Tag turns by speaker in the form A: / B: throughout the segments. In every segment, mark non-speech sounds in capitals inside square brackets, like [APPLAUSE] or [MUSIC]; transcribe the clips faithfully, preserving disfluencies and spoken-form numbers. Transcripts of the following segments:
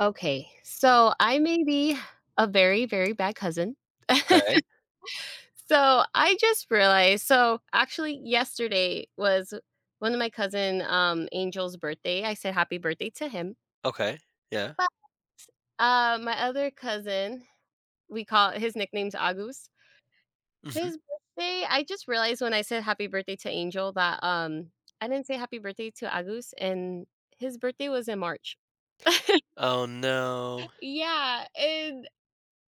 A: Okay, so I may be a very, very bad cousin. [LAUGHS]
B: Okay,
A: So I just realized, so actually yesterday was one of my cousin, um, Angel's birthday. I said happy birthday to him,
B: okay, yeah.
A: but, uh, my other cousin, we call his nickname's Agus.
B: Mhm.
A: His birthday, I just realized when I said happy birthday to Angel that, um, I didn't say happy birthday to Agus, and his birthday was in March. [LAUGHS]
B: Oh, no.
A: Yeah, and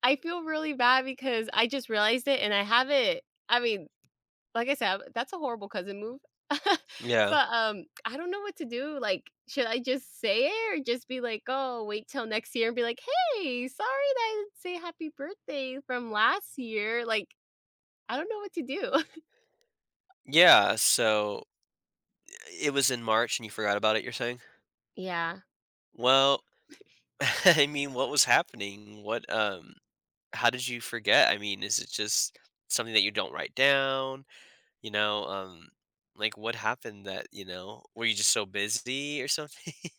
A: I feel really bad because I just realized it and I haven't I mean, like I said, that's a horrible cousin move. [LAUGHS]
B: Yeah.
A: But, um, I don't know what to do, like, should I just say it or just be like, "Oh, wait till next year," and be like, "Hey, sorry that I didn't say happy birthday from last year." Like, I don't know what to do. [LAUGHS]
B: Yeah, so it was in March and you forgot about it, you're saying?
A: Yeah.
B: Well, [LAUGHS] I mean, what was happening? What, um how did you forget? I mean, is it just something that you don't write down? You know, um, like, what happened that, you know were you just so busy or something? [LAUGHS]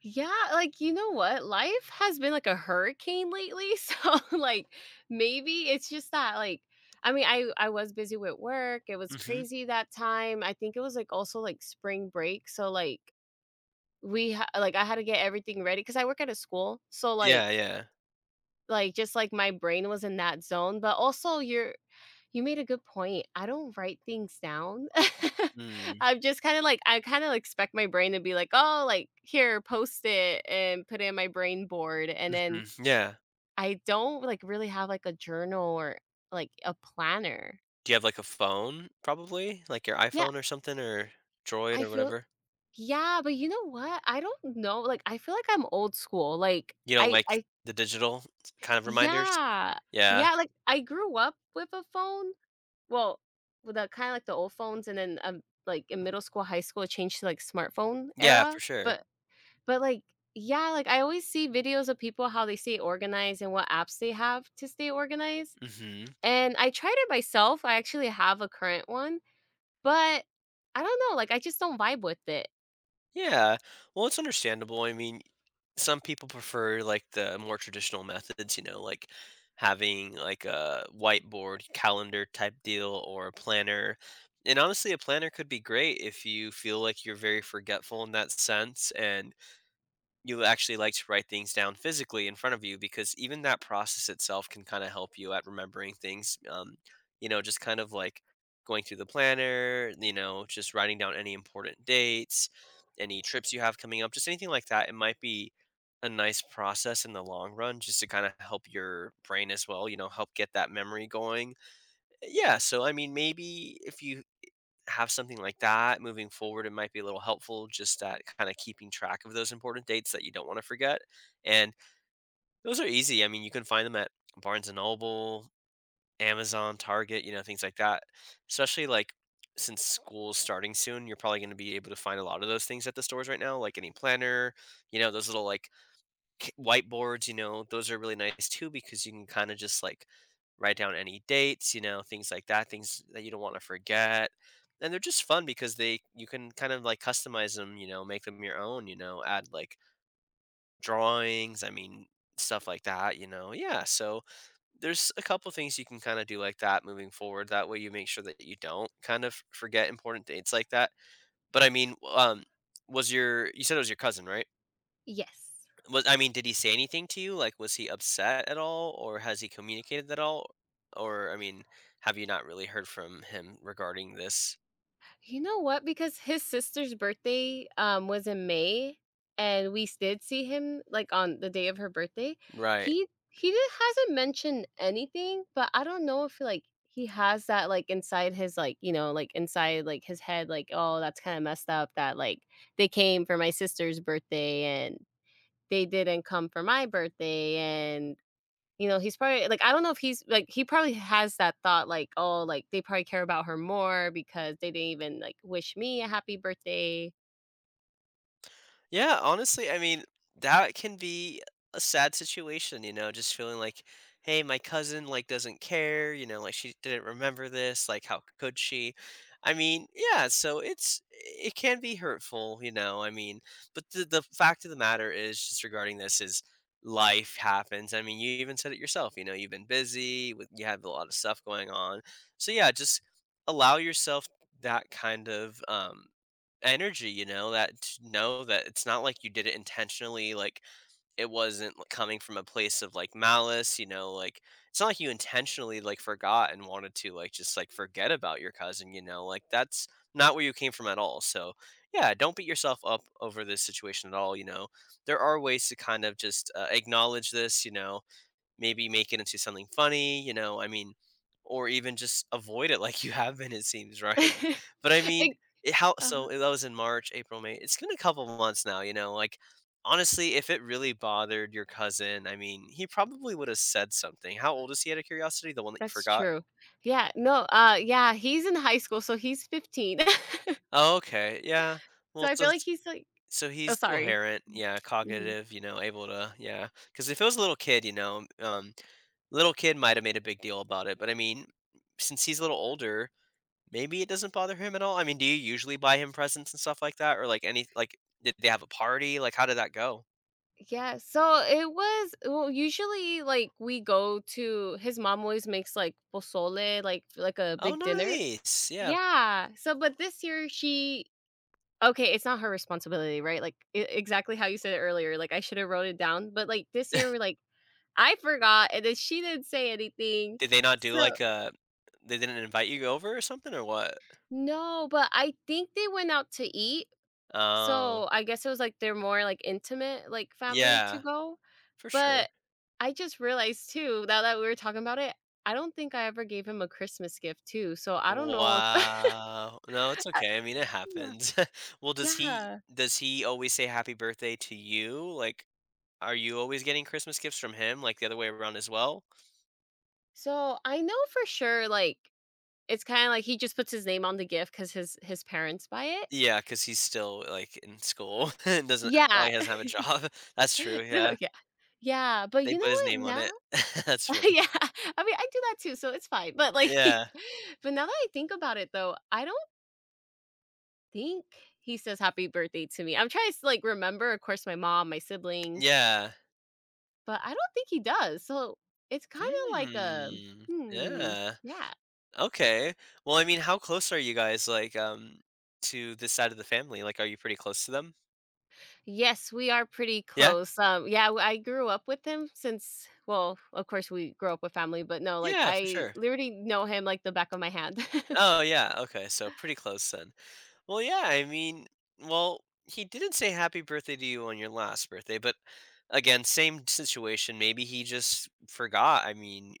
A: Yeah, like, you know what? Life has been like a hurricane lately, [LAUGHS] so, like, maybe it's just that, like I mean, I I was busy with work, it was
B: Mhm.
A: crazy that time, I think it was, like, also, like, spring break, so, like, we ha like, I had to get everything ready because I work at a school, so,
B: Yeah,
A: like
B: yeah.
A: like, just, like, my brain was in that zone, but also you're you made a good point. I don't write things down. [LAUGHS]
B: Mm,
A: I'm just kinda like I kinda like, expect my brain to be like, "Oh, like, here, post it and put it in my brain board," and then
B: mhm, yeah.
A: I don't, like, really have, like, a journal or, like, a planner.
B: Do you have, like, a phone, probably? Like your
A: Yeah,
B: iPhone or something or Droid
A: I
B: or
A: feel
B: whatever?
A: yeah, but you know what? I don't know, like, I feel like I'm old school, like,
B: You don't
A: I
B: like
A: I
B: the digital kind of reminders?
A: Yeah.
B: Yeah.
A: Yeah, like, I grew up with a phone Well, with the kinda like the old phones and then, um, like, in middle school, high school, it changed to, like, smartphone
B: Yeah, for
A: era,
B: sure.
A: but but, like yeah, like, I always see videos of people how they stay organized and what apps they have to stay organized,
B: Mhm.
A: and I tried it myself, I actually have a current one, but I don't know, like, I just don't vibe with it.
B: Yeah. Well, it's understandable. I mean, some people prefer, like, the more traditional methods, you know, like, having, like, a whiteboard calendar type deal or a planner, and honestly, a planner could be great if you feel like you're very forgetful in that sense and you actually like to write things down physically in front of you because even that process itself can kind of help you at remembering things. Um, you know, just kind of like going through the planner, you know, just writing down any important dates, any trips you have coming up, just anything like that. It might be a nice process in the long run just to kind of help your brain as well, you know, help get that memory going. Yeah. So, I mean, maybe if you have something like that moving forward, it might be a little helpful just at kind of keeping track of those important dates that you don't want to forget. And those are easy. I mean, you can find them at Barnes and Noble, Amazon, Target, you know, things like that. Especially like since school's starting soon, you're probably going to be able to find a lot of those things at the stores right now, like any planner, you know, those little like c- whiteboards, you know, those are really nice too because you can kind of just like write down any dates, you know, things like that, things that you don't want to forget. And they're just fun because they you can kind of like customize them, you know, make them your own, you know, add like drawings, I mean, stuff like that, you know. Yeah, so there's a couple things you can kind of do like that moving forward. That way you make sure that you don't kind of forget important dates like that. But I mean, um was your you said it was your cousin, right?
A: Yes.
B: Was I mean, did he say anything to you? Like, was he upset at all, or has he communicated at all? Or I mean, have you not really heard from him regarding this?
A: You know what? Because his sister's birthday um was in May and we did see him like on the day of her birthday.
B: Right.
A: He he did, hasn't mentioned anything, but I don't know if like he has that like inside his like, you know, like inside like his head like, oh, that's kind of messed up that like they came for my sister's birthday and they didn't come for my birthday and you know, he's probably like, I don't know if he's like, he probably has that thought, like, oh, like they probably care about her more because they didn't even like wish me a happy birthday.
B: Yeah, honestly, I mean, that can be a sad situation, you know, just feeling like, hey, my cousin like doesn't care, you know, like she didn't remember this, like how could she? I mean, yeah, so it's it can be hurtful, you know. I mean, but the the fact of the matter is just regarding this is life happens. I mean, you even said it yourself, you know, you've been busy with you have a lot of stuff going on. So yeah, just allow yourself that kind of um energy, you know, that to know that it's not like you did it intentionally, like, it wasn't, like, coming from a place of, like, malice, you know, like, it's not like you intentionally, like, forgot and wanted to, like, just, like, forget about your cousin, you know, like, that's not where you came from at all, so, yeah, don't beat yourself up over this situation at all, you know, there are ways to kind of just, uh, acknowledge this, you know, maybe make it into something funny, you know, I mean, or even just avoid it [LAUGHS] like you have been, it seems, right? [LAUGHS]
A: [LAUGHS]
B: But I mean,
A: Like,
B: it, how
A: uh,
B: so that was in March, April, May. It's been a couple months now, you know, like honestly, if it really bothered your cousin, I mean, he probably would have said something. How old is he out of curiosity? The one that you
A: that's
B: forgot?
A: true. Yeah, no, uh, yeah, he's in high school, so he's fifteen. [LAUGHS]
B: Oh, okay. Yeah.
A: So
B: Well,
A: I
B: so
A: feel like
B: it's-
A: he's like,
B: so
A: oh,
B: he's
A: sorry.
B: coherent, yeah,
A: Mhm.
B: cognitive, you know, able to, yeah. Because if it was a little kid, you know, um, little kid might have made a big deal about it, but I mean, since he's a little older, maybe it doesn't bother him at all. I mean, do you usually buy him presents and stuff like that? Or like any like did they have a party? Like how did that go?
A: Yeah, so it was well, usually like we go to his mom always makes like pozole, like like a
B: Oh,
A: big dinner.
B: nice. Yeah.
A: Yeah. So but this year she— okay, it's not her responsibility, right? Like, e exactly how you said it earlier, like, I shoulda wrote it down, but, like, this year we're like, "I forgot," and then she didn't say anything,
B: Did they not do
A: so.
B: like a they didn't invite you over or something or what?
A: No, but I think they went out to eat,
B: Oh,
A: so I guess it was, like, they're more, like, intimate, like, family to
B: yeah,
A: go,
B: for sure.
A: but I just realized too, now that we were talking about it, I don't think I ever gave him a Christmas gift too, so I don't know if
B: Wow. No, it's
A: [LAUGHS] I
B: okay. I mean, it
A: Yeah.
B: happens. [LAUGHS] Well, does he
A: Yeah.
B: does he always say happy birthday to you? Like, are you always getting Christmas gifts from him, like the other way around as well?
A: So, I know for sure, like, it's kinda like he just puts his name on the gift because his his parents buy it.
B: Yeah, cause he's still, like, in school [LAUGHS] and doesn't
A: Yeah.
B: probably doesn't have a
A: [LAUGHS]
B: job. [LAUGHS] That's true,
A: No,
B: yeah.
A: yeah. Yeah, but
B: They
A: you know
B: put his
A: what,
B: name on
A: now
B: it. [LAUGHS] That's
A: [LAUGHS]
B: funny.
A: yeah, I mean, I do that too, so it's fine, but, like
B: Yeah.
A: [LAUGHS] but now that I think about it, though, I don't think he says happy birthday to me. I'm trying to, like, remember, of course, my mom, my siblings,
B: Yeah.
A: but I don't think he does, so it's kinda like a
B: Hmm.
A: hmm,
B: Yeah.
A: yeah.
B: Okay. Well, I mean, how close are you guys, like, um, to this side of the family? Like, are you pretty close to them?
A: Yes, we are pretty
B: Yeah?
A: close. Um, yeah, w I grew up with him since well, of course, we grew up with family, but no, like,
B: Yeah, for
A: I
B: sure.
A: literally know him like the back of my hand. [LAUGHS]
B: Oh, yeah, okay, so pretty close then. Well, yeah, I mean, well, he didn't say happy birthday to you on your last birthday, but again, same situation. Maybe he just forgot. I mean,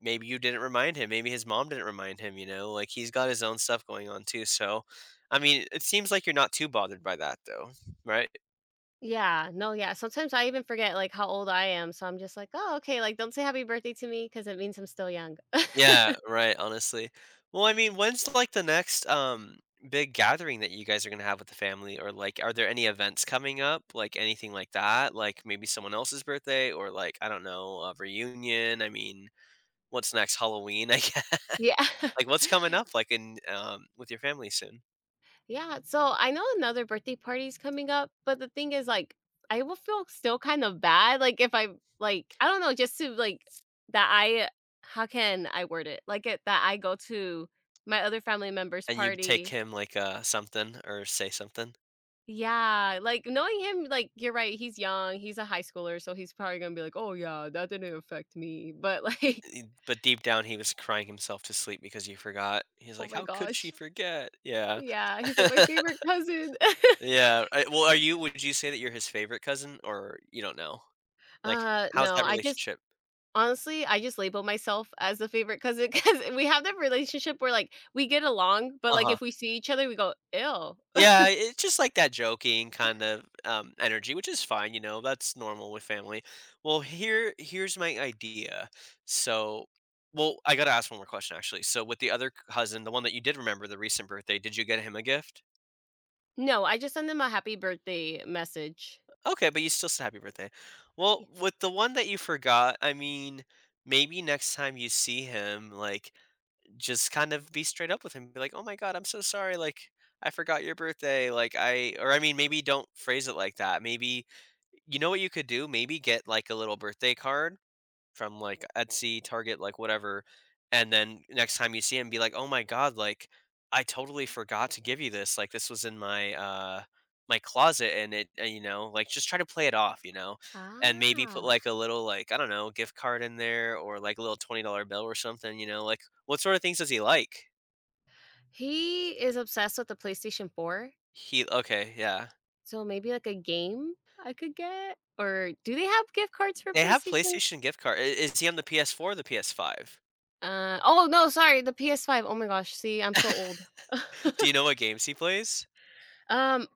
B: maybe you didn't remind him. Maybe his mom didn't remind him, you know? Like he's got his own stuff going on too. So, I mean, it seems like you're not too bothered by that though, right?
A: Yeah, no, yeah, sometimes I even forget, like, how old I am, so I'm just like, "Oh, okay," like, "Don't say happy birthday to me because it means I'm still young."
B: Yeah,
A: [LAUGHS]
B: right, honestly. Well, I mean, when's, like, the next, um, big gathering that you guys are gonna have with the family? Or, like, are there any events coming up? Like, anything like that? Like, maybe someone else's birthday or, like, I don't know, a reunion? I mean, what's next? Halloween, I guess?
A: Yeah.
B: [LAUGHS]
A: [LAUGHS]
B: Like, what's coming up, like, in, um with your family soon?
A: Yeah, so I know another birthday party is coming up, but the thing is like I will feel still kind of bad like if I like I don't know just to like that I how can I word it? Like it that I go to my other family member's
B: And you take
A: party.
B: him, like, uh, something or say something?
A: Yeah, like knowing him like you're right, he's young, he's a high schooler, so he's probably going to be like, "Oh yeah, that didn't affect me." But like, [LAUGHS]
B: But deep down, he was crying himself to sleep because you forgot. He's
A: oh
B: like,
A: my
B: "How could she
A: gosh.
B: forget?" Yeah.
A: Yeah, he's like my
B: [LAUGHS]
A: favorite cousin. [LAUGHS]
B: Yeah, I well, are you would you say that you're his favorite cousin, or you don't know? Like,
A: uh
B: how's
A: no,
B: that
A: I just—
B: relationship?
A: honestly, I just label myself as the favorite cousin because [LAUGHS] we have that relationship where, like, we get along, but, like,
B: Uh-huh.
A: if we see each other, we go, "Ew."
B: Yeah, it's just like that joking kind of, um, energy, which is fine, you know, that's normal with family. Well, here here's my idea. So well, I gotta ask one more question, actually. So with the other cousin, the one that you did remember, the recent birthday, did you get him a gift?
A: No, I just send them a happy birthday message.
B: Okay, but you still said happy birthday. Well,
A: Yeah.
B: with the one that you forgot, I mean, maybe next time you see him, like, just kind of be straight up with him, be like, "Oh my god, I'm so sorry, like, I forgot your birthday, like, I" or I mean, maybe don't phrase it like that, maybe you know what you could do? Maybe get, like, a little birthday card from, like, Etsy, Target, like, whatever, and then next time you see him, be like, "Oh my god, like, I totally forgot to give you this, like, this was in my, uh, my closet, and it" and, you know, like, just try to play it off, you know, and maybe put,
A: Ah.
B: like, a little, like, I don't know, gift card in there or, like, a little twenty dollars bill or something, you know, like, what sort of things does he like?
A: He is obsessed with the PlayStation four,
B: He Okay, yeah.
A: so maybe, like, a game I could get? Or do they have gift cards for
B: They have
A: PlayStations?
B: PlayStation gift card I is he on the P S four or the P S five?
A: Uh, oh, no, sorry, the P S five. Oh my gosh, see, I'm so old. [LAUGHS]
B: [LAUGHS] Do you know what games he plays?
A: Um,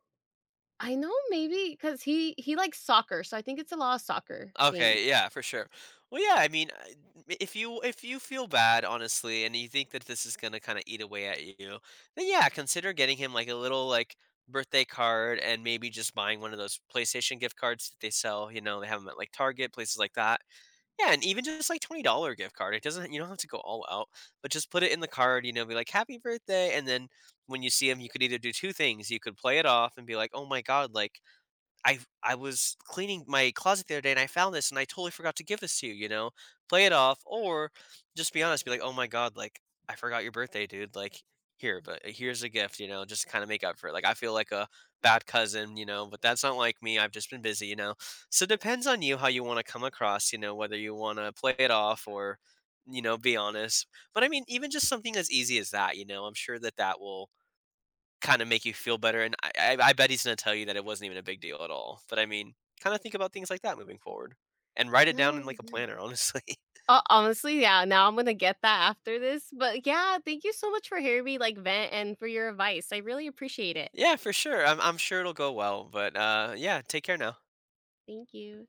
A: I know maybe because he he likes soccer, so I think it's a lot of soccer games.
B: Okay, yeah, for sure. Well, yeah, I mean, I- m- if you if you feel bad, honestly, and you think that this is gonna kind of eat away at you, then yeah, consider getting him like a little like birthday card, and maybe just buying one of those PlayStation gift cards that they sell. You know, they have them at like Target, places like that. Yeah, and even just like twenty dollar gift card. It doesn't you don't have to go all out, but just put it in the card. You know, be like happy birthday, and then when you see him, you could either do two things. You could play it off and be like, oh my god, like I I was cleaning my closet the other day and I found this and I totally forgot to give this to you, you know? Play it off or just be honest, be like, "Oh my god, like I forgot your birthday, dude. Like here, but uh, here's a gift, you know, just to kind of make up for it." Like I feel like a bad cousin, you know, but that's not like me. I've just been busy, you know. So it depends on you how you want to come across, you know, whether you want to play it off or you know, be honest. But I mean, even just something as easy as that, you know, I'm sure that that will kind of make you feel better. And I, I, I bet he's going to tell you that it wasn't even a big deal at all. But I mean, kind of think about things like that moving forward and write it down in
A: No,
B: like a
A: yeah.
B: planner, honestly.
A: Uh, honestly, yeah, now I'm gonna get that after this, but yeah, thank you so much for hearing me, like, vent and for your advice. I really appreciate it.
B: [LAUGHS] yeah, for sure. I'm, I'm sure it'll go well. But uh, yeah, take care now.
A: Thank you.